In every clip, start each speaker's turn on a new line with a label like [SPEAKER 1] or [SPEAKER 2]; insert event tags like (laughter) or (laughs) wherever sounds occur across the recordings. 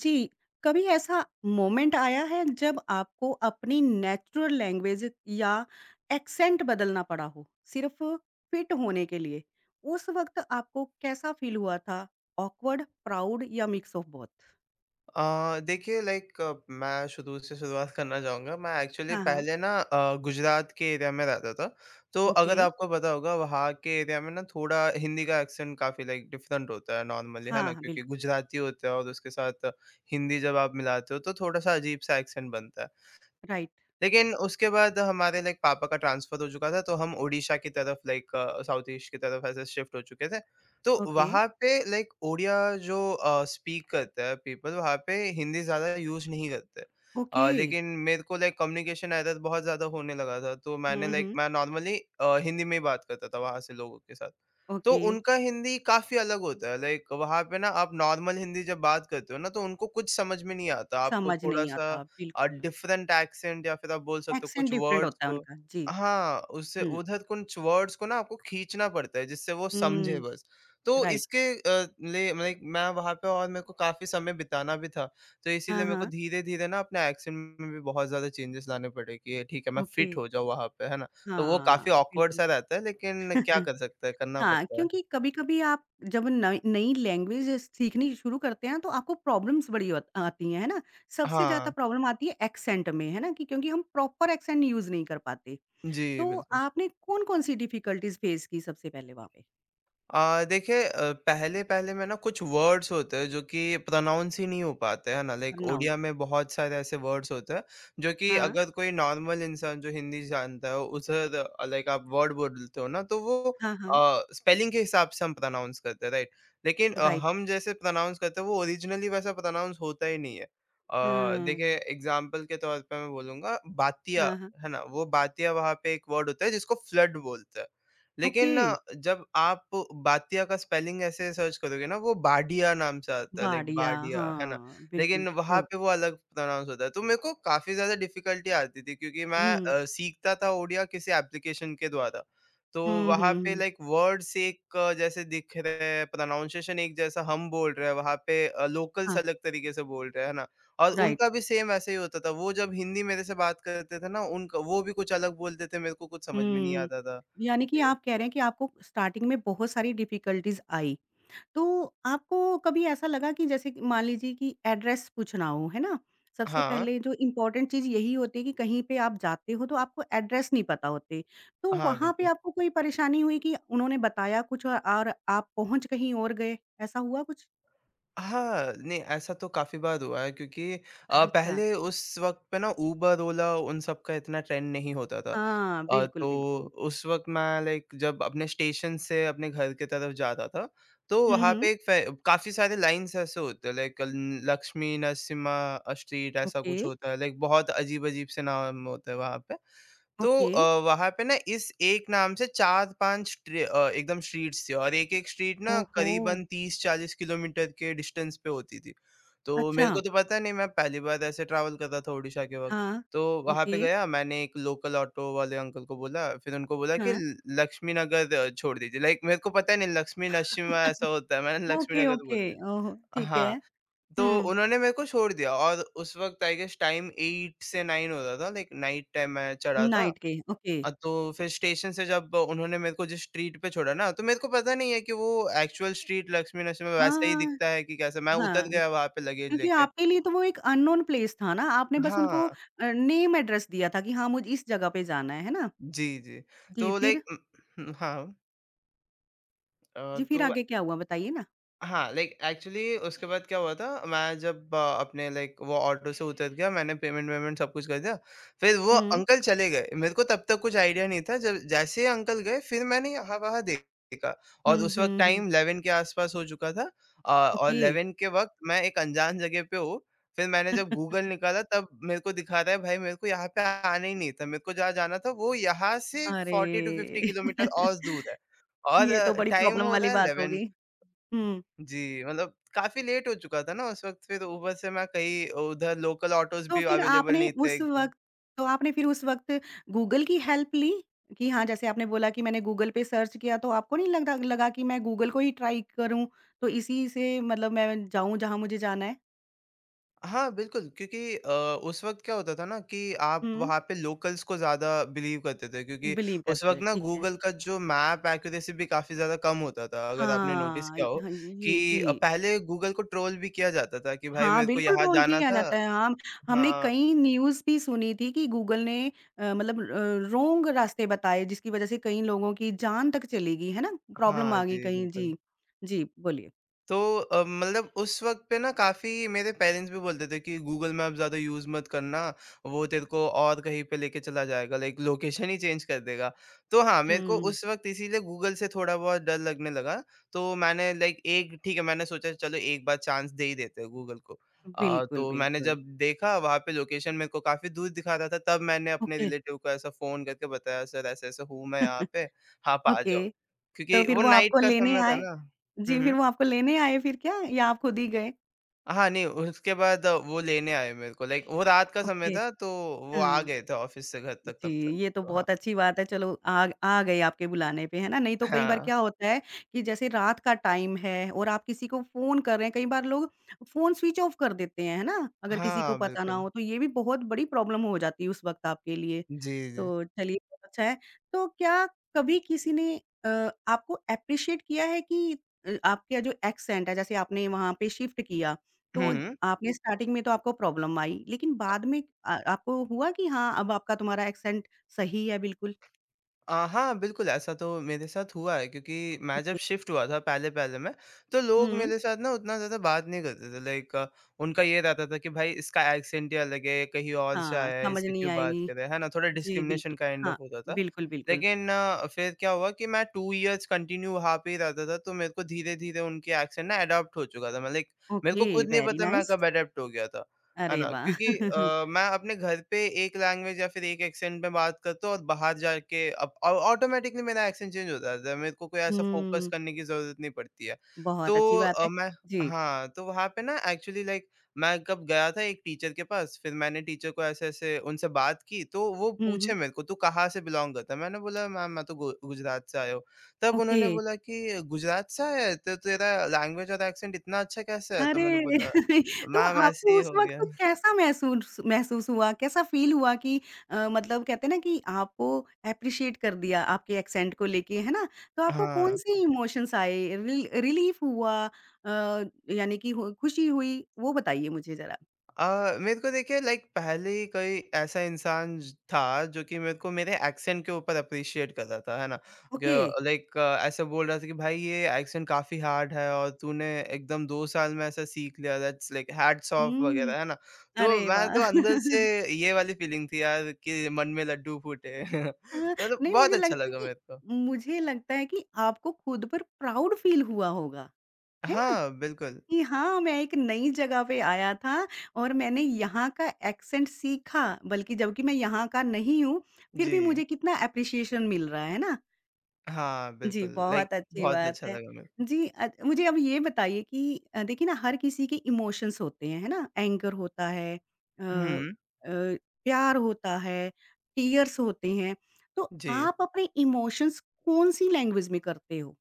[SPEAKER 1] जी, कभी ऐसा मोमेंट आया है जब आपको अपनी नेचुरल लैंग्वेज या एक्सेंट बदलना पड़ा हो, सिर्फ़ फिट होने के लिए? उस वक़्त आपको कैसा फ़ील हुआ था? ऑकवर्ड, प्राउड या मिक्स ऑफ़ बोथ?
[SPEAKER 2] देखिए लाइक मैं शुरू से शुरुआत करना चाहूँगा। मैं एक्चुअली
[SPEAKER 1] हाँ, हाँ।
[SPEAKER 2] पहले ना गुजरात के एरिया में रहता था। तो
[SPEAKER 1] ओके,
[SPEAKER 2] अगर आपको पता होगा वहाँ के एरिया में ना थोड़ा हिंदी का एक्सेंट काफ़ी लाइक डिफरेंट होता है नॉर्मली, है ना?
[SPEAKER 1] हाँ, हाँ, बिल
[SPEAKER 2] क्योंकि गुजराती होते हैं और उसके साथ हिंदी जब आप मिलाते हो तो थोड़ा-सा अजीब-सा एक्सेंट बनता है।
[SPEAKER 1] राइट,
[SPEAKER 2] लेकिन उसके बाद हमारे लाइक पापा का ट्रांसफ़र हो चुका था, तो हम ओडिशा की तरफ लाइक साउथ ईस्ट की तरफ ऐसे शिफ्ट हो चुके थे। तो
[SPEAKER 1] ओके,
[SPEAKER 2] वहाँ पे लाइक ओडिया जो स्पीक करता है पीपल, वहाँ पे हिंदी ज़्यादा यूज़ नहीं करते।
[SPEAKER 1] ओके।
[SPEAKER 2] लेकिन मेरे को लाइक कम्युनिकेशन एरर बहुत ज़्यादा होने लगा था, तो मैंने
[SPEAKER 1] हुँ,
[SPEAKER 2] लाइक
[SPEAKER 1] हुँ,
[SPEAKER 2] मैं नॉर्मली हिंदी में ही बात करता था वहाँ से लोगों के साथ। तो
[SPEAKER 1] ओके,
[SPEAKER 2] उनका हिंदी काफ़ी अलग होता है, लाइक वहाँ पे ना आप नॉर्मल हिंदी जब बात करते हो ना, तो उनको कुछ समझ में नहीं आता, आपको
[SPEAKER 1] समझ नहीं
[SPEAKER 2] थोड़ा-सा
[SPEAKER 1] आता, बिल्कुल।
[SPEAKER 2] डिफरेंट एक्सेंट या फिर आप बोल सकते हो
[SPEAKER 1] एक्सेंट
[SPEAKER 2] कुछ
[SPEAKER 1] डिफरेंट
[SPEAKER 2] वर्ड्स
[SPEAKER 1] होता है
[SPEAKER 2] को
[SPEAKER 1] उनका, जी।
[SPEAKER 2] हाँ, उससे
[SPEAKER 1] हुँ,
[SPEAKER 2] उधर कुछ वर्ड्स को ना आपको खींचना पड़ता है जिससे वो समझे
[SPEAKER 1] हुँ,
[SPEAKER 2] बस। तो
[SPEAKER 1] राइट,
[SPEAKER 2] इसके लिए लाइक मैं वहाँ पे और मेरे को काफ़ी समय बिताना भी था, तो
[SPEAKER 1] हाँ,
[SPEAKER 2] इसीलिए मेरे को
[SPEAKER 1] हाँ,
[SPEAKER 2] धीरे-धीरे ना अपने एक्सेंट में भी बहुत ज़्यादा चेंजेस लाने पड़े कि ये ठीक है, मैं
[SPEAKER 1] ओके,
[SPEAKER 2] फिट हो जाऊँ वहाँ पे, है ना? तो वो काफ़ी
[SPEAKER 1] हाँ,
[SPEAKER 2] ऑकवर्ड
[SPEAKER 1] बिल्कुल।
[SPEAKER 2] सा रहता है लेकिन क्या
[SPEAKER 1] (laughs)
[SPEAKER 2] कर सकते हैं, करना
[SPEAKER 1] हाँ,
[SPEAKER 2] पड़ता है।
[SPEAKER 1] क्योंकि कभी-कभी आप जब नई नई लैंग्वेज सीखनी शुरू करते हैं तो आपको प्रॉब्लम्स बड़ी अत आती हैं, है ना? सबसे ज़्यादा
[SPEAKER 2] हाँ।
[SPEAKER 1] प्रॉब्लम आती है एक्सेंट में, है ना? कि क्योंकि हम प्रॉपर एक्सेंट यूज़ नहीं कर पाते।
[SPEAKER 2] जी,
[SPEAKER 1] तो
[SPEAKER 2] बिल्कुल।
[SPEAKER 1] आपने कौन-कौन सी डिफिकल्टीज़ फेस की सबसे पहले वहाँ पे?
[SPEAKER 2] देखिए पहले-पहले में ना कुछ वर्ड्स होते हैं जो कि प्रोनाउंस ही नहीं हो पाते, है ना? लाइक
[SPEAKER 1] प्रनाउंस
[SPEAKER 2] ओडिया में बहुत सारे ऐसे वर्ड्स होते हैं जो कि
[SPEAKER 1] हाँ,
[SPEAKER 2] अगर कोई नॉर्मल इंसान जो हिंदी जानता है उधर लाइक आप वर्ड बोलते हो ना तो वो
[SPEAKER 1] हाँ, हाँ,
[SPEAKER 2] स्पेलिंग के हिसाब से हम प्रोनाउंस करते हैं, राइट? लेकिन
[SPEAKER 1] राइट।
[SPEAKER 2] हम जैसे प्रोनाउंस करते हैं वो ओरिजिनली वैसा प्रोनाउंस होता ही नहीं है। देखिए
[SPEAKER 1] हाँ,
[SPEAKER 2] एग्ज़ाम्पल के तौर पे मैं बोलूँगा बातिया,
[SPEAKER 1] हाँ, हाँ,
[SPEAKER 2] है ना? वो बातिया वहाँ पे एक वर्ड होता है जिसको फ्लड बोलते हैं।
[SPEAKER 1] ओके,
[SPEAKER 2] लेकिन जब आप बातिया का स्पेलिंग ऐसे सर्च करोगे ना वो बाडिया नाम से आता है लाइक
[SPEAKER 1] बढ़िया,
[SPEAKER 2] बाडिया है ना?
[SPEAKER 1] हाँ, बिल्कुल
[SPEAKER 2] लेकिन वहाँ
[SPEAKER 1] ट्रू।
[SPEAKER 2] पे वो अलग प्रोनाउंस होता है। तो मेरे को काफ़ी ज़्यादा डिफ़िकल्टी आती थी क्योंकि मैं
[SPEAKER 1] हुँ,
[SPEAKER 2] सीखता था ओडिया किसी एप्लीकेशन के द्वारा। तो
[SPEAKER 1] हुँ,
[SPEAKER 2] वहाँ
[SPEAKER 1] हुँ,
[SPEAKER 2] पे
[SPEAKER 1] हुँ,
[SPEAKER 2] लाइक वर्ड्स एक जैसे दिख रहे हैं, प्रोनाउंसिएशन एक जैसा हम बोल रहे हैं, वहाँ पे लोकल्स
[SPEAKER 1] हाँ,
[SPEAKER 2] अलग तरीके से बोल रहे हैं, है ना? और
[SPEAKER 1] राइट।
[SPEAKER 2] उनका भी सेम ऐसे ही होता था। वो जब हिंदी मेरे से बात करते थे ना उनका वो भी कुछ अलग बोलते थे, मेरे को कुछ समझ में नहीं
[SPEAKER 1] हुँ।
[SPEAKER 2] आता था।
[SPEAKER 1] यानी कि
[SPEAKER 2] जी।
[SPEAKER 1] आप कह रहे हैं कि आपको स्टार्टिंग में बहुत सारी डिफ़िकल्टीज़ आई। तो आपको कभी ऐसा लगा कि जैसे कि मान लीजिए कि एड्रेस पूछना हो, है ना? सबसे
[SPEAKER 2] हाँ,
[SPEAKER 1] पहले जो इम्पोर्टेंट चीज़ यही होती है कि कहीं पे आप जाते हो तो आपको एड्रेस नहीं पता होते। तो
[SPEAKER 2] हाँ,
[SPEAKER 1] वहाँ पे
[SPEAKER 2] बिल्कुल।
[SPEAKER 1] आपको कोई परेशानी हुई कि उन्होंने बताया कुछ और आप पहुँच कहीं और गए, ऐसा हुआ कुछ?
[SPEAKER 2] हाँ, नहीं ऐसा तो काफ़ी बार हुआ है क्योंकि
[SPEAKER 1] अच्छा।
[SPEAKER 2] पहले उस वक़्त पे ना उबर, ओला उन सब का इतना ट्रेंड नहीं होता था।
[SPEAKER 1] हाँ, बिल्कुल,
[SPEAKER 2] तो
[SPEAKER 1] बिल्कुल।
[SPEAKER 2] उस वक़्त मैं लाइक जब अपने स्टेशन से अपने घर की तरफ जाता था, तो
[SPEAKER 1] हुँ,
[SPEAKER 2] वहाँ
[SPEAKER 1] हुँ।
[SPEAKER 2] पे एक फे काफ़ी सारे लाइन्स ऐसे होते हैं लाइक ल लक्ष्मी नरसिम्हा स्ट्रीट ऐसा
[SPEAKER 1] ओके।
[SPEAKER 2] कुछ होता है, लाइक बहुत अजीब-अजीब से नाम होते हैं वहाँ पे। तो
[SPEAKER 1] ओके।
[SPEAKER 2] वहाँ पे ना इस एक नाम से 4-5 एकदम स्ट्रीट्स थी और एक-एक स्ट्रीट ना
[SPEAKER 1] ओहो!
[SPEAKER 2] करीबन 30-40 किलोमीटर के डिस्टेंस पे होती थी। तो
[SPEAKER 1] अच्छा।
[SPEAKER 2] मेरे को तो पता नहीं मैं पहली बार ऐसे ट्रैवल कर रहा था ओडिशा के वक़्त।
[SPEAKER 1] हाँ।
[SPEAKER 2] तो वहाँ
[SPEAKER 1] ओके।
[SPEAKER 2] पे गया मैंने एक लोकल ऑटो वाले अंकल को बोला फिर उनको बोला कि
[SPEAKER 1] हाँ।
[SPEAKER 2] ल लक्ष्मी नगर छोड़ दीजिए। लाइक मेरे को पता नहीं लक्ष्मी नशीमा ऐसा होता है
[SPEAKER 1] (laughs)
[SPEAKER 2] मैंने लक्ष्मी
[SPEAKER 1] ओके,
[SPEAKER 2] नगर
[SPEAKER 1] ओके।
[SPEAKER 2] बोल दिया।
[SPEAKER 1] ओह! ठीक है।
[SPEAKER 2] हाँ, तो
[SPEAKER 1] हुँ।
[SPEAKER 2] उन्होंने मेरे को छोड़ दिया और उस वक़्त आई गेस टाइम 8 से 9 हो रहा था लाइक नाइट टाइम मैं चढ़ा था।
[SPEAKER 1] नाइट के, ओके।
[SPEAKER 2] तो फिर स्टेशन से जब उन्होंने मेरे को जिस स्ट्रीट पे छोड़ा ना, तो मेरे को पता नहीं है कि वो एक्चुअल स्ट्रीट लक्ष्मी नरसिम्हा में वैसा ही
[SPEAKER 1] हाँ,
[SPEAKER 2] दिखता है कि कैसा। मैं उतर
[SPEAKER 1] हाँ।
[SPEAKER 2] गया वहाँ पे लगेज
[SPEAKER 1] क्योंकि
[SPEAKER 2] लेके।
[SPEAKER 1] आपके लिए तो वो एक अननोन प्लेस था ना, आपने बस
[SPEAKER 2] हाँ।
[SPEAKER 1] उनको नेम एड्रेस दिया था कि हाँ, मुझे इस जगह पे जाना है ना?
[SPEAKER 2] जी, जी।
[SPEAKER 1] जी,
[SPEAKER 2] तो
[SPEAKER 1] फिर?
[SPEAKER 2] लाइक हाँ। अ,
[SPEAKER 1] जी, फिर
[SPEAKER 2] तो
[SPEAKER 1] आगे क्या हुआ बताइए ना?
[SPEAKER 2] हाँ, लाइक एक्चुअली उसके बाद क्या हुआ था मैं जब अपने लाइक वो ऑटो से उतर गया मैंने पेमेंट-वेमेंट सब कुछ कर दिया। फिर वो
[SPEAKER 1] हुँ।
[SPEAKER 2] अंकल चले गए। मेरे को तब तक कुछ आइडिया नहीं था जब जैसे ही अंकल गए फिर मैंने यहाँ-वहाँ देखा
[SPEAKER 1] हुँ,
[SPEAKER 2] और उस वक़्त
[SPEAKER 1] हुँ, हुँ।
[SPEAKER 2] टाइम 11 के आस-पास हो चुका था और
[SPEAKER 1] ओके।
[SPEAKER 2] 11 के वक़्त मैं एक अनजान जगह पे हूँ। फिर मैंने जब गूगल
[SPEAKER 1] (laughs)
[SPEAKER 2] निकाला तब मेरे को दिखा रहा है भाई मेरे को यहाँ पे आना ही नहीं था। मेरे को जहाँ जाना था वो यहाँ से
[SPEAKER 1] अरे!
[SPEAKER 2] 40 टू 50 किलोमीटर और दूर है
[SPEAKER 1] (laughs) ये तो
[SPEAKER 2] और
[SPEAKER 1] बड़ी
[SPEAKER 2] टाइम
[SPEAKER 1] प्रॉब्लम
[SPEAKER 2] हो
[SPEAKER 1] वाली
[SPEAKER 2] रहा है
[SPEAKER 1] बात हो
[SPEAKER 2] 11
[SPEAKER 1] गई। हुँ।
[SPEAKER 2] जी, मतलब काफ़ी लेट हो चुका था ना उस वक़्त फिर ऊबर से मैं कहीं उधर लोकल ऑटोज़
[SPEAKER 1] तो
[SPEAKER 2] भी
[SPEAKER 1] फिर
[SPEAKER 2] अवेलेबल
[SPEAKER 1] आपने
[SPEAKER 2] नहीं थे
[SPEAKER 1] उस
[SPEAKER 2] एकदम।
[SPEAKER 1] वक़्त तो आपने फिर उस वक़्त गूगल की हेल्प ली? कि हाँ, जैसे आपने बोला कि मैंने गूगल पे सर्च किया तो आपको नहीं लगता लगा कि मैं गूगल को ही ट्राई करूँ, तो इसी से मतलब मैं जाऊँ जहाँ मुझे जाना है?
[SPEAKER 2] हाँ, बिल्कुल क्योंकि उस वक़्त क्या होता था ना कि आप
[SPEAKER 1] हुँ।
[SPEAKER 2] वहाँ पे लोकल्स को ज़्यादा बिलीव करते थे क्योंकि
[SPEAKER 1] बिलीव
[SPEAKER 2] उस
[SPEAKER 1] करते
[SPEAKER 2] वक़्त
[SPEAKER 1] थे,
[SPEAKER 2] ना
[SPEAKER 1] ठीक है।
[SPEAKER 2] गूगल का जो मैप एक्यूरेसी भी काफ़ी ज़्यादा कम होता था। अगर आपने नोटिस
[SPEAKER 1] हाँ,
[SPEAKER 2] किया
[SPEAKER 1] इ
[SPEAKER 2] हो
[SPEAKER 1] हाँ, ये
[SPEAKER 2] कि
[SPEAKER 1] जी।
[SPEAKER 2] पहले गूगल को ट्रोल भी किया जाता था कि भाई
[SPEAKER 1] हाँ,
[SPEAKER 2] मेरे को
[SPEAKER 1] बिल्कुल
[SPEAKER 2] यहाँ
[SPEAKER 1] ट्रोल
[SPEAKER 2] जाना
[SPEAKER 1] किया
[SPEAKER 2] था
[SPEAKER 1] जाता है। हम हमने
[SPEAKER 2] हाँ,
[SPEAKER 1] कई न्यूज़ भी सुनी थी कि गूगल ने मतलब रॉन्ग रास्ते बताए जिसकी वज़ह से कई लोगों की जान तक चली गई, है ना? प्रॉब्लम
[SPEAKER 2] हाँ
[SPEAKER 1] आ गई
[SPEAKER 2] जी,
[SPEAKER 1] कहीं
[SPEAKER 2] बिल्कुल।
[SPEAKER 1] जी। जी, बोलिए।
[SPEAKER 2] तो मतलब उस वक़्त पे ना काफ़ी मेरे पेरेंट्स भी बोलते थे कि गूगल मैप ज़्यादा यूज़ मत करना, वो तेरे को और कहीं पे लेके चला जाएगा, लाइक लोकेशन ही चेंज कर देगा। तो हाँ, मेरे को
[SPEAKER 1] हुँ।
[SPEAKER 2] उस वक़्त इसीलिए गूगल से थोड़ा बहुत डर लगने लगा। तो मैंने लाइक एक ठीक है, मैंने सोचा चलो एक बार चांस दे ही देते हैं गूगल को।
[SPEAKER 1] बिल्कुल,
[SPEAKER 2] तो मैंने
[SPEAKER 1] बिल्कुल।
[SPEAKER 2] जब देखा वहाँ पे लोकेशन मेरे को काफ़ी दूर दिखा रहा था, तब मैंने अपने
[SPEAKER 1] ओके।
[SPEAKER 2] रिलेटिव को ऐसा फ़ोन करके बताया, "सर ऐसे-ऐसे हूँ मैं यहाँ
[SPEAKER 1] (laughs)
[SPEAKER 2] पे, आप आ जाओ।"
[SPEAKER 1] ओके, तो
[SPEAKER 2] क्योंकि
[SPEAKER 1] फिर
[SPEAKER 2] वो
[SPEAKER 1] वो
[SPEAKER 2] नाइट
[SPEAKER 1] आपको
[SPEAKER 2] का
[SPEAKER 1] लेने
[SPEAKER 2] समय था
[SPEAKER 1] आए
[SPEAKER 2] ना। हुँ,
[SPEAKER 1] जी, फिर
[SPEAKER 2] हुँ।
[SPEAKER 1] वो आपको लेने आए फिर क्या या आप खुद ही गए?
[SPEAKER 2] हाँ, नहीं उसके बाद वो लेने आए मेरे को लाइक वो रात का समय
[SPEAKER 1] ओके।
[SPEAKER 2] था तो वो आ
[SPEAKER 1] हाँ।
[SPEAKER 2] गए थे ऑफ़िस से घर तक
[SPEAKER 1] जी,
[SPEAKER 2] तब तक,
[SPEAKER 1] ये तो
[SPEAKER 2] तो हाँ।
[SPEAKER 1] बहुत अच्छी बात है चलो आ आ गए आपके बुलाने पे, है ना? नहीं तो कई बार
[SPEAKER 2] हाँ।
[SPEAKER 1] क्या होता है कि जैसे रात का टाइम है और आप किसी को फ़ोन कर रहे हैं, कई बार लोग फ़ोन स्विच ऑफ कर देते हैं, है ना? अगर किसी को
[SPEAKER 2] हाँ,
[SPEAKER 1] पता ना
[SPEAKER 2] बिल्कुल।
[SPEAKER 1] हो तो ये भी बहुत बड़ी प्रॉब्लम हो जाती है उस वक़्त आपके लिए।
[SPEAKER 2] जी, जी।
[SPEAKER 1] तो चलिए बहुत अच्छा है। तो क्या कभी किसी ने आपको एप्रिशिएट किया है कि आपका जो एक्सेंट है जैसे आपने वहाँ पे शिफ्ट किया तो
[SPEAKER 2] हुँ।
[SPEAKER 1] आपने स्टार्टिंग में तो आपको प्रॉब्लम आई, लेकिन बाद में आपको हुआ कि हाँ, अब आपका तुम्हारा एक्सेंट सही है बिल्कुल?
[SPEAKER 2] हाँ, बिल्कुल ऐसा तो मेरे साथ हुआ है क्योंकि मैं
[SPEAKER 1] ओके।
[SPEAKER 2] जब शिफ्ट हुआ था पहले-पहले में, तो लोग
[SPEAKER 1] हुँ,
[SPEAKER 2] मेरे साथ ना उतना ज़्यादा बात नहीं करते थे। लाइक उनका ये रहता था कि भाई इसका एक्सेंट ही अलग है, कहीं और से
[SPEAKER 1] हाँ,
[SPEAKER 2] आया है,
[SPEAKER 1] समझ
[SPEAKER 2] इससे
[SPEAKER 1] नहीं
[SPEAKER 2] क्यों बात
[SPEAKER 1] आएगी।
[SPEAKER 2] करें, है ना? थोड़ा
[SPEAKER 1] जी,
[SPEAKER 2] डिस्क्रिमिनेशन
[SPEAKER 1] बिल्कुल।
[SPEAKER 2] काइंड
[SPEAKER 1] हाँ,
[SPEAKER 2] ऑफ होता था।
[SPEAKER 1] बिल्कुल, बिल्कुल।
[SPEAKER 2] लेकिन फिर क्या हुआ कि मैं 2 इयर्स कंटिन्यू वहाँ पे ही रहता था, तो मेरे को धीरे-धीरे उनके एक्सेंट ना अडॉप्ट हो चुका था। मैं लाइक मेरे
[SPEAKER 1] ओके,
[SPEAKER 2] को खुद नहीं
[SPEAKER 1] वेरी
[SPEAKER 2] पता मैं
[SPEAKER 1] नाइस।
[SPEAKER 2] कब अडॉप्ट हो गया था। है
[SPEAKER 1] अरे
[SPEAKER 2] ना?
[SPEAKER 1] वाह!
[SPEAKER 2] क्योंकि
[SPEAKER 1] (laughs)
[SPEAKER 2] मैं अपने घर पे एक लैंग्वेज या फिर एक एक्सेंट में बात करता हूँ और बाहर जाके अप ऑ ऑटोमैटिकली मेरा एक्सेंट चेंज हो जाता है, मेरे को कोई ऐसा फोकस
[SPEAKER 1] हुँ,
[SPEAKER 2] करने की ज़रूरत नहीं पड़ती है।
[SPEAKER 1] बहुत
[SPEAKER 2] तो
[SPEAKER 1] अच्छी बात है।
[SPEAKER 2] मैं
[SPEAKER 1] जी।
[SPEAKER 2] हाँ, तो वहाँ पे ना एक्चुअली लाइक मैं कब गया था एक टीचर के पास, फिर मैंने टीचर को ऐसे-ऐसे उनसे बात की, तो वो
[SPEAKER 1] हुँ, हुँ।
[SPEAKER 2] पूछे मेरे को, "तू कहाँ से बिलॉन्ग करता है?" मैंने बोला, "मैम, मैं तो गु गुजरात से आया हूँ।" तब
[SPEAKER 1] ओके।
[SPEAKER 2] उन्होंने बोला कि, "गुजरात से आया है? तो तेरा लैंग्वेज और एक्सेंट इतना अच्छा कैसे है?" तो
[SPEAKER 1] अरे!
[SPEAKER 2] मैंने बोला,
[SPEAKER 1] (laughs) तो
[SPEAKER 2] "मैम, ऐसे
[SPEAKER 1] आपको
[SPEAKER 2] ही
[SPEAKER 1] उस
[SPEAKER 2] हो गया।"
[SPEAKER 1] वक़्त कैसा महसूस महसूस हुआ? कैसा फ़ील हुआ कि मतलब कहते हैं ना कि आपको एप्रिशिएट कर दिया आपके एक्सेंट को लेके, है ना? तो आपको
[SPEAKER 2] हाँ।
[SPEAKER 1] कौन-से इमोशंस आए? रिलीफ़ हुआ यानी कि हो खुशी हुई? वो बताइए मुझे ज़रा।
[SPEAKER 2] मेरे को देखिए लाइक पहले ही कोई ऐसा इंसान ज था जो कि मेरे को मेरे एक्सेंट के ऊपर अप्रिशिएट कर रहा था, है ना?
[SPEAKER 1] ओके।
[SPEAKER 2] ग लाइक ऐसे बोल रहा था कि भाई ये एक्सेंट काफ़ी हार्ड है और तूने एकदम 2 साल में ऐसा सीख लिया दैट्स लाइक हैट्स ऑफ
[SPEAKER 1] हुँ।
[SPEAKER 2] वगैरह, है ना? तो
[SPEAKER 1] अरे
[SPEAKER 2] मैं
[SPEAKER 1] वाह!
[SPEAKER 2] तो अंदर से
[SPEAKER 1] (laughs)
[SPEAKER 2] ये वाली फीलिंग थी यार कि मन में लड्डू फूटे। (laughs)
[SPEAKER 1] हाँ,
[SPEAKER 2] मतलब
[SPEAKER 1] नहीं
[SPEAKER 2] बहुत
[SPEAKER 1] मुझे
[SPEAKER 2] अच्छा
[SPEAKER 1] लगता है
[SPEAKER 2] लगा
[SPEAKER 1] कि
[SPEAKER 2] मेरे को।
[SPEAKER 1] मुझे लगता है कि आपको खुद पर प्राउड फ़ील हुआ होगा, है ना?
[SPEAKER 2] हाँ, बिल्कुल।
[SPEAKER 1] कि हाँ, मैं एक नई जगह पे आया था और मैंने यहाँ का एक्सेंट सीखा, बल्कि जबकि मैं यहाँ का नहीं हूँ, फिर भी
[SPEAKER 2] जी।
[SPEAKER 1] मुझे कितना एप्रिसिएशन मिल रहा है ना?
[SPEAKER 2] हाँ,
[SPEAKER 1] जी,
[SPEAKER 2] बिल्कुल लाइक
[SPEAKER 1] बहुत अच्छी
[SPEAKER 2] बहुत
[SPEAKER 1] बात
[SPEAKER 2] अच्छा
[SPEAKER 1] है।
[SPEAKER 2] लगा मेरे को।
[SPEAKER 1] जी, मुझे अब ये बताइए कि देखिए ना हर किसी के इमोशंस होते हैं, है ना? एंगर होता है
[SPEAKER 2] हुँ,
[SPEAKER 1] प्यार होता है, टीयर्स होते हैं, तो
[SPEAKER 2] जी।
[SPEAKER 1] आप अपने इमोशंस कौन-सी लैंग्वेज में करते हो?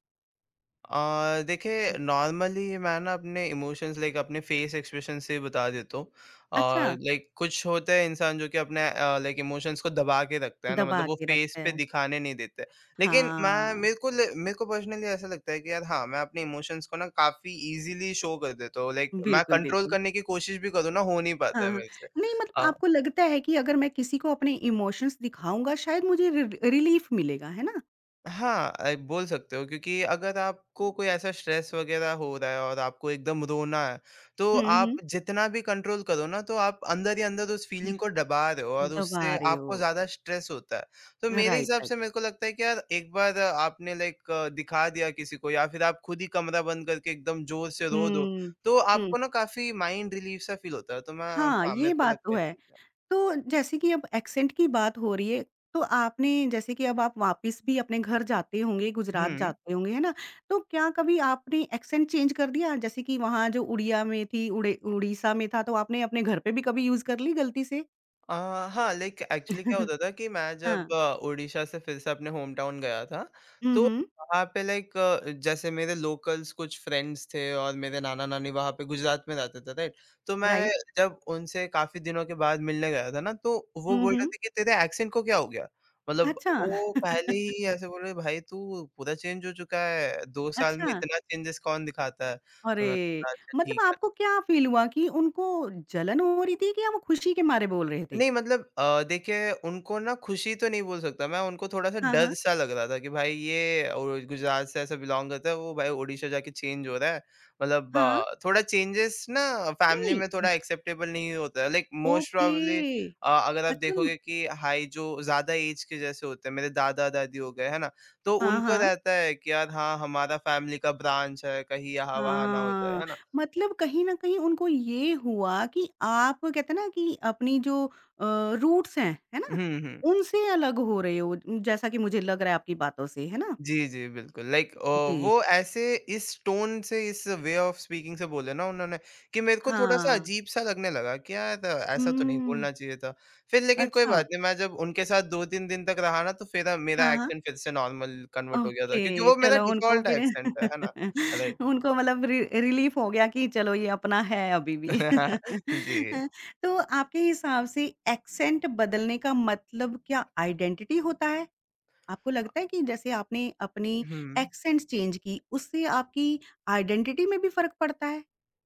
[SPEAKER 2] देखिए नॉर्मली मैं ना अपने इमोशंस लाइक अपने फेस एक्सप्रेशन से बता देता हूँ। अ,
[SPEAKER 1] अच्छा,
[SPEAKER 2] लाइक कुछ होते हैं इंसान जो कि अपने लाइक इमोशंस को दबा के रखता है ना
[SPEAKER 1] दबा
[SPEAKER 2] मतलब वो
[SPEAKER 1] के
[SPEAKER 2] फेस
[SPEAKER 1] रखते
[SPEAKER 2] पे
[SPEAKER 1] हैं।
[SPEAKER 2] दिखाने नहीं देते। लेकिन मैं
[SPEAKER 1] हाँ।
[SPEAKER 2] मेरे को पर्सनली ऐसा लगता है कि यार हाँ, मैं अपने इमोशंस को ना काफ़ी ईज़िली शो कर देता हूँ। लाइक मैं
[SPEAKER 1] बिल्कुल,
[SPEAKER 2] कंट्रोल
[SPEAKER 1] बिल्कुल।
[SPEAKER 2] करने की कोशिश भी करूँ ना हो नहीं
[SPEAKER 1] हाँ,
[SPEAKER 2] पाता है
[SPEAKER 1] हाँ।
[SPEAKER 2] मेरे से।
[SPEAKER 1] नहीं मतलब
[SPEAKER 2] अ,
[SPEAKER 1] आपको लगता है कि अगर मैं किसी को अपने इमोशंस दिखाऊँगा शायद मुझे रिलीफ़ मिलेगा, है ना?
[SPEAKER 2] हाँ, बोल सकते हो क्योंकि अगर आपको कोई ऐसा स्ट्रेस वग़ैरह हो रहा है और आपको एकदम रोना है, तो
[SPEAKER 1] हुँ,
[SPEAKER 2] आप
[SPEAKER 1] हुँ।
[SPEAKER 2] जितना भी कंट्रोल करो ना, तो आप अंदर ही अंदर उस फ़ीलिंग को दबा रहे हो और
[SPEAKER 1] दबा
[SPEAKER 2] उससे
[SPEAKER 1] रहे हो।
[SPEAKER 2] आपको ज़्यादा स्ट्रेस होता है। तो मेरे
[SPEAKER 1] राइट,
[SPEAKER 2] हिसाब
[SPEAKER 1] राइट।
[SPEAKER 2] से मेरे को लगता है कि यार एक बार आपने लाइक दिखा दिया किसी को या फिर आप खुद ही कमरा बंद करके एकदम ज़ोर से रो दो,
[SPEAKER 1] हुँ,
[SPEAKER 2] तो
[SPEAKER 1] हुँ।
[SPEAKER 2] आपको ना काफ़ी माइंड रिलीफ़ सा फ़ील होता है। तो मैं
[SPEAKER 1] हाँ,
[SPEAKER 2] हाँ,
[SPEAKER 1] ये
[SPEAKER 2] मेरे को
[SPEAKER 1] बात तो
[SPEAKER 2] लगता है
[SPEAKER 1] है।
[SPEAKER 2] ठीक है।
[SPEAKER 1] तो जैसे कि अब एक्सेंट की बात हो रही है, तो आपने जैसे कि अब आप वापस भी अपने घर जाते होंगे, गुजरात
[SPEAKER 2] हुँ।
[SPEAKER 1] जाते होंगे, है ना? तो क्या कभी आपने एक्सेंट चेंज कर दिया? जैसे कि वहाँ जो उड़िया में थी उड़े उड़ीसा में था, तो आपने अपने घर पे भी कभी यूज़ कर ली गलती से?
[SPEAKER 2] अ, हाँ, लाइक एक्चुअली क्या
[SPEAKER 1] (laughs)
[SPEAKER 2] होता था कि मैं जब
[SPEAKER 1] हाँ।
[SPEAKER 2] उड़ीसा से फिर से अपने होम टाउन गया था,
[SPEAKER 1] हुँ,
[SPEAKER 2] तो
[SPEAKER 1] हुँ।
[SPEAKER 2] वहाँ पे लाइक जैसे मेरे लोकल्स कुछ फ्रेंड्स थे और मेरे नाना-नानी वहाँ पे गुजरात में रहते थे, राइट? तो मैं
[SPEAKER 1] राइट।
[SPEAKER 2] जब उनसे काफ़ी दिनों के बाद मिलने गया था ना, तो वो
[SPEAKER 1] हुँ,
[SPEAKER 2] बोल रहे
[SPEAKER 1] हुँ।
[SPEAKER 2] थे कि तेरे एक्सेंट को क्या हो गया? मतलब
[SPEAKER 1] अच्छा।
[SPEAKER 2] वो पहले
[SPEAKER 1] (laughs)
[SPEAKER 2] ही ऐसे बोल रहे, "भाई तू पूरा चेंज हो चुका है, 2 साल में
[SPEAKER 1] अच्छा,
[SPEAKER 2] इतना चेंजेस कौन दिखाता है?" तो मैंने
[SPEAKER 1] अरे!
[SPEAKER 2] बोला, "अच्छा
[SPEAKER 1] मतलब
[SPEAKER 2] ठीक है।"
[SPEAKER 1] आपको क्या फ़ील हुआ कि उनको जलन हो रही थी कि या वो खुशी के मारे बोल रहे थे?
[SPEAKER 2] नहीं मतलब देखिए उनको ना खुशी तो नहीं बोल सकता मैं, उनको थोड़ा-सा
[SPEAKER 1] हाँ,
[SPEAKER 2] डर
[SPEAKER 1] हाँ।
[SPEAKER 2] सा लग रहा था कि भाई ये गुजरात से ऐसा बिलॉन्ग करता है, वो भाई ओडिशा जाके चेंज हो रहा है। मतलब
[SPEAKER 1] हाँ।
[SPEAKER 2] थोड़ा चेंजेस ना
[SPEAKER 1] नहीं,
[SPEAKER 2] फैमिली
[SPEAKER 1] नहीं।
[SPEAKER 2] में
[SPEAKER 1] न
[SPEAKER 2] थोड़ा एक्सेप्टेबल नहीं होता है। Like most
[SPEAKER 1] okay.
[SPEAKER 2] प्रोबेबली अगर आप
[SPEAKER 1] अच्छा
[SPEAKER 2] देखोगे कि हाई जो ज़्यादा एज के जैसे होते हैं, मेरे दादा-दादी हो गए, है ना? तो
[SPEAKER 1] हाँ,
[SPEAKER 2] उनको
[SPEAKER 1] हाँ।
[SPEAKER 2] रहता है कि यार हाँ, हमारा फैमिली का ब्रांच है, कहीं यहाँ-वहाँ ना हो जाए,
[SPEAKER 1] हाँ,
[SPEAKER 2] है ना?
[SPEAKER 1] मतलब कहीं न कहीं उनको ये हुआ कि आप कहते हैं ना कि अपनी जो रूट्स हैं, है ना?
[SPEAKER 2] हुँ, हुँ।
[SPEAKER 1] उनसे अलग हो रहे हो, जैसा कि मुझे लग रहा है आपकी बातों से, है ना?
[SPEAKER 2] जी, जी, बिल्कुल लाइक
[SPEAKER 1] जी।
[SPEAKER 2] वो ऐसे इस टोन से इस वे ऑफ स्पीकिंग से बोले ना उन्होंने कि मेरे को थोड़ा-सा
[SPEAKER 1] हाँ।
[SPEAKER 2] अजीब-सा लगने लगा कि यार ऐसा तो नहीं
[SPEAKER 1] हुँ।
[SPEAKER 2] बोलना चाहिए था। फिर लेकिन कोई
[SPEAKER 1] अच्छा।
[SPEAKER 2] बात नहीं मैं जब उनके साथ 2-3 दिन तक रहा ना तो फिर मेरा
[SPEAKER 1] हाँ, हाँ।
[SPEAKER 2] एक्सेंट फिर से नॉर्मल कन्वर्ट हो गया था क्योंकि
[SPEAKER 1] ओके,
[SPEAKER 2] वो मेरा
[SPEAKER 1] चलो उनको
[SPEAKER 2] डिफ़ॉल्ट
[SPEAKER 1] फिर
[SPEAKER 2] एक्सेंट है ना? राइट
[SPEAKER 1] (laughs) उनको मतलब रि रिलीफ़ हो गया कि चलो ये अपना है अभी भी।
[SPEAKER 2] (laughs) जी।
[SPEAKER 1] (laughs) तो आपके हिसाब से एक्सेंट बदलने का मतलब क्या आइडेंटिटी होता है? आपको लगता है कि जैसे आपने अपनी
[SPEAKER 2] हुँ।
[SPEAKER 1] एक्सेंट चेंज की, उससे आपकी आइडेंटिटी में भी फ़र्क पड़ता है?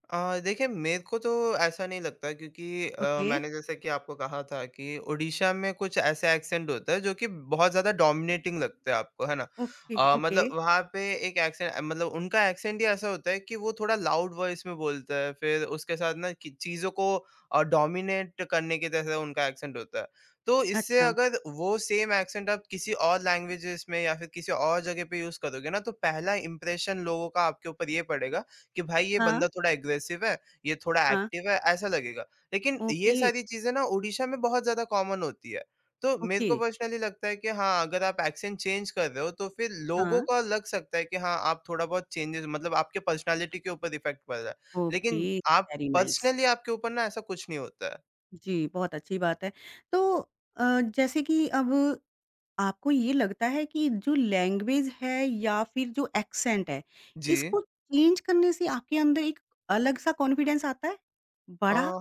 [SPEAKER 2] देखिए मेरे को तो ऐसा नहीं लगता क्योंकि
[SPEAKER 1] ओके,
[SPEAKER 2] मैंने जैसा कि आपको कहा था कि उड़ीसा में कुछ ऐसा एक्सेंट होता है जो कि बहुत ज़्यादा डोमिनेटिंग लगता है आपको, है ना?
[SPEAKER 1] Okay, okay.
[SPEAKER 2] मतलब वहाँ पे एक एक्सेंट मतलब उनका एक्सेंट ही ऐसा होता है कि वो थोड़ा लाउड वॉइस में बोलता है, फिर उसके साथ ना कि चीज़ों को डोमिनेट करने के जैसा उनका एक्सेंट होता है। तो इससे
[SPEAKER 1] अच्छा।
[SPEAKER 2] अगर वो सेम एक्सेंट आप किसी और लैंग्वेजेज़ में या फिर किसी और जगह पे यूज़ करोगे ना, तो पहला इंप्रेशन लोगों का आपके ऊपर ये पड़ेगा कि भाई ये
[SPEAKER 1] हाँ,
[SPEAKER 2] बंदा थोड़ा एग्रेसिव है, ये थोड़ा
[SPEAKER 1] हाँ।
[SPEAKER 2] एक्टिव है, ऐसा लगेगा। लेकिन ये
[SPEAKER 1] ओके,
[SPEAKER 2] सारी चीज़ें ना ओडिशा में बहुत ज़्यादा कॉमन होती है। तो मेरे
[SPEAKER 1] ओके।
[SPEAKER 2] को पर्सनली लगता है कि हाँ, अगर आप एक्सेंट चेंज कर रहे हो तो फिर
[SPEAKER 1] हाँ,
[SPEAKER 2] लोगों का लग सकता है कि हाँ, आप थोड़ा बहुत चेंजेज़ मतलब आपके पर्सनैलिटी के ऊपर इफ़ेक्ट पड़ रहा है।
[SPEAKER 1] ओके।
[SPEAKER 2] लेकिन आप
[SPEAKER 1] वेरी नाइस।
[SPEAKER 2] पर्सनली आपके ऊपर ना ऐसा कुछ नहीं होता है।
[SPEAKER 1] जी, बहुत अच्छी बात है। तो अ, जैसे कि अब आपको ये लगता है कि जो लैंग्वेज है या फिर जो एक्सेंट है,
[SPEAKER 2] जी।
[SPEAKER 1] इसको चेंज करने से आपके अंदर एक अलग-सा कॉन्फिडेंस आता है?
[SPEAKER 2] अ,
[SPEAKER 1] बढ़ा?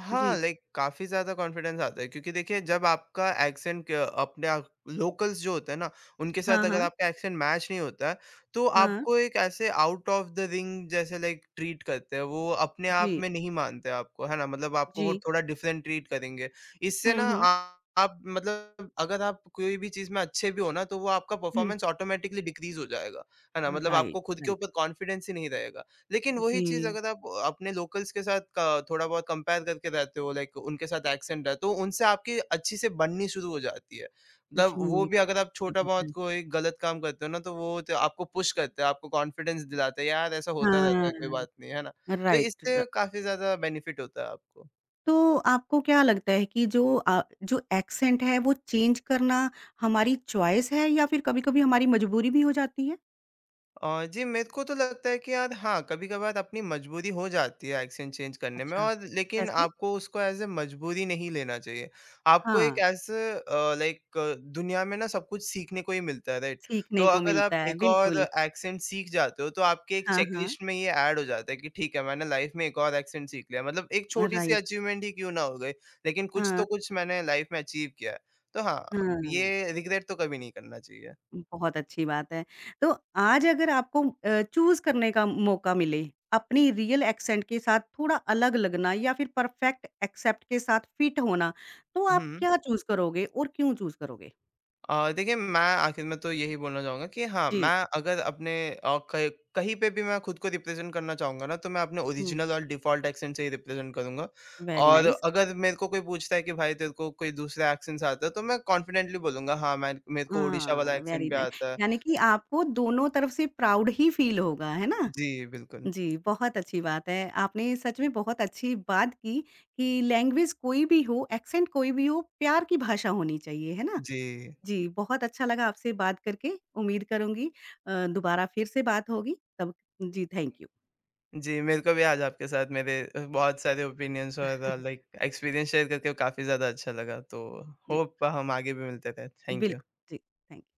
[SPEAKER 2] हाँ,
[SPEAKER 1] जी।
[SPEAKER 2] लाइक काफ़ी ज़्यादा कॉन्फिडेंस आता है क्योंकि देखिए जब आपका एक्सेंट क अपने आप लोकल्स जो होते हैं ना, उनके
[SPEAKER 1] हाँ,
[SPEAKER 2] साथ अगर
[SPEAKER 1] हाँ।
[SPEAKER 2] आपका एक्सेंट मैच नहीं होता है, तो
[SPEAKER 1] हाँ।
[SPEAKER 2] आपको एक ऐसे आउट ऑफ द रिंग जैसे लाइक ट्रीट करते हैं, वो अपने आप
[SPEAKER 1] जी,
[SPEAKER 2] में नहीं मानते आपको, है ना? मतलब आपको
[SPEAKER 1] जी।
[SPEAKER 2] वो थोड़ा डिफरेंट ट्रीट करेंगे। इससे
[SPEAKER 1] हुँ,
[SPEAKER 2] ना
[SPEAKER 1] हुँ।
[SPEAKER 2] आप मतलब अगर आप कोई भी चीज़ में अच्छे भी हो ना, तो वो आपका
[SPEAKER 1] हुँ।
[SPEAKER 2] परफॉर्मेंस ऑटोमैटिकली डिक्रीज़ हो जाएगा, है ना? मतलब
[SPEAKER 1] राइट,
[SPEAKER 2] आपको खुद के
[SPEAKER 1] राइट।
[SPEAKER 2] ऊपर कॉन्फिडेंस ही नहीं रहेगा। लेकिन वही चीज़
[SPEAKER 1] जी,
[SPEAKER 2] अगर आप अपने लोकल्स के साथ क थोड़ा बहुत कंपेयर करके रहते हो लाइक उनके साथ एक्सेंट है, तो उनसे आपकी अच्छी से बननी शुरू हो जाती है। मतलब वो
[SPEAKER 1] जी,
[SPEAKER 2] भी अगर आप
[SPEAKER 1] जी,
[SPEAKER 2] छोटा-बहुत
[SPEAKER 1] बिल्कुल।
[SPEAKER 2] कोई गलत काम करते हो ना, तो वो तो आपको पुश करते हैं, आपको कॉन्फिडेंस दिलाते हैं, यार ऐसा होता रहता
[SPEAKER 1] हाँ,
[SPEAKER 2] है, कोई बात नहीं, है ना?
[SPEAKER 1] राइट,
[SPEAKER 2] तो इससे
[SPEAKER 1] राइट।
[SPEAKER 2] काफ़ी ज़्यादा बेनिफिट होता है आपको।
[SPEAKER 1] तो आपको क्या लगता है कि जो एक्सेंट है वो चेंज करना हमारी चॉइस है या फिर कभी-कभी हमारी मजबूरी भी हो जाती है?
[SPEAKER 2] जी मेरे को तो लगता है कि यार हाँ, कभी-कभार अपनी मजबूरी हो जाती है एक्शन चेंज करने में
[SPEAKER 1] अच्छा,
[SPEAKER 2] और लेकिन
[SPEAKER 1] कैसे?
[SPEAKER 2] आपको उसको एज़ अ मजबूरी नहीं लेना चाहिए। आपको एक
[SPEAKER 1] हाँ,
[SPEAKER 2] एज़ अ, दुनिया में ना सब कुछ सीखने को ही मिलता है, राइट? तो
[SPEAKER 1] सीखने को
[SPEAKER 2] अगर आप
[SPEAKER 1] मिलता है,
[SPEAKER 2] एक और
[SPEAKER 1] बिल्कुल।
[SPEAKER 2] एक्सेंट सीख जाते हो तो आपके एक
[SPEAKER 1] हाँ, हाँ।
[SPEAKER 2] चेकलिस्ट में ये ऐड हो जाता है कि ठीक है, मैंने लाइफ़ में एक और एक्सेंट सीख लिया। मतलब एक छोटी-सी
[SPEAKER 1] राइट,
[SPEAKER 2] अचीवमेंट ही क्यों ना हो गई, लेकिन कुछ
[SPEAKER 1] हाँ,
[SPEAKER 2] तो कुछ मैंने लाइफ़ में अचीव किया है। तो हाँ,
[SPEAKER 1] हाँ।
[SPEAKER 2] ये रिग्रेट तो कभी नहीं करना चाहिए।
[SPEAKER 1] बहुत अच्छी बात है। तो आज अगर आपको चूज़ करने का मौका मिले, अपनी रियल एक्सेंट के साथ थोड़ा अलग लगना या फिर परफेक्ट एक्सेप्ट के साथ फिट होना, तो आप
[SPEAKER 2] हुँ।
[SPEAKER 1] क्या चूज़ करोगे और क्यों चूज़ करोगे?
[SPEAKER 2] देखिए मैं आखिर में तो यही बोलना चाहूँगा कि हाँ,
[SPEAKER 1] जी।
[SPEAKER 2] मैं अगर अपने कहीं कहीं पे भी मैं खुद को रिप्रेज़ेंट करना चाहूँगा ना, तो मैं अपने
[SPEAKER 1] हुँ।
[SPEAKER 2] ओरिजिनल और डिफ़ॉल्ट एक्सेंट से ही रिप्रेज़ेंट करूँगा।
[SPEAKER 1] वेरी
[SPEAKER 2] और
[SPEAKER 1] नाइस।
[SPEAKER 2] अगर मेरे को कोई पूछता है कि भाई तेरे को कोई दूसरा एक्सेंट्स आता है, तो मैं कॉन्फिडेंटली बोलूँगा हाँ, मैं मेरे को ओडिशा वाला
[SPEAKER 1] हाँ, वेरी
[SPEAKER 2] एक्सेंट भी
[SPEAKER 1] नाइस।
[SPEAKER 2] आता है।
[SPEAKER 1] यानी कि आपको दोनों तरफ से प्राउड ही फ़ील होगा, है ना?
[SPEAKER 2] जी, बिल्कुल।
[SPEAKER 1] जी, बहुत अच्छी बात है। आपने सच में बहुत अच्छी बात की कि लैंग्वेज कोई भी हो, एक्सेंट कोई भी हो, प्यार की भाषा होनी चाहिए, है ना?
[SPEAKER 2] जी।
[SPEAKER 1] जी, बहुत अच्छा लगा आपसे बात करके। उम्मीद करूँगी दोबारा फिर से बात होगी। तब जी, थैंक यू।
[SPEAKER 2] जी, मेरे को भी आज आपके साथ मेरे बहुत सारे ओपिनियंस और
[SPEAKER 1] (laughs)
[SPEAKER 2] लाइक एक्सपीरियंस शेयर करके काफ़ी ज़्यादा अच्छा लगा। तो
[SPEAKER 1] जी,
[SPEAKER 2] होप हम आगे भी मिलते रहें। Thank you.
[SPEAKER 1] बिल्कुल। जी, थैंक यू।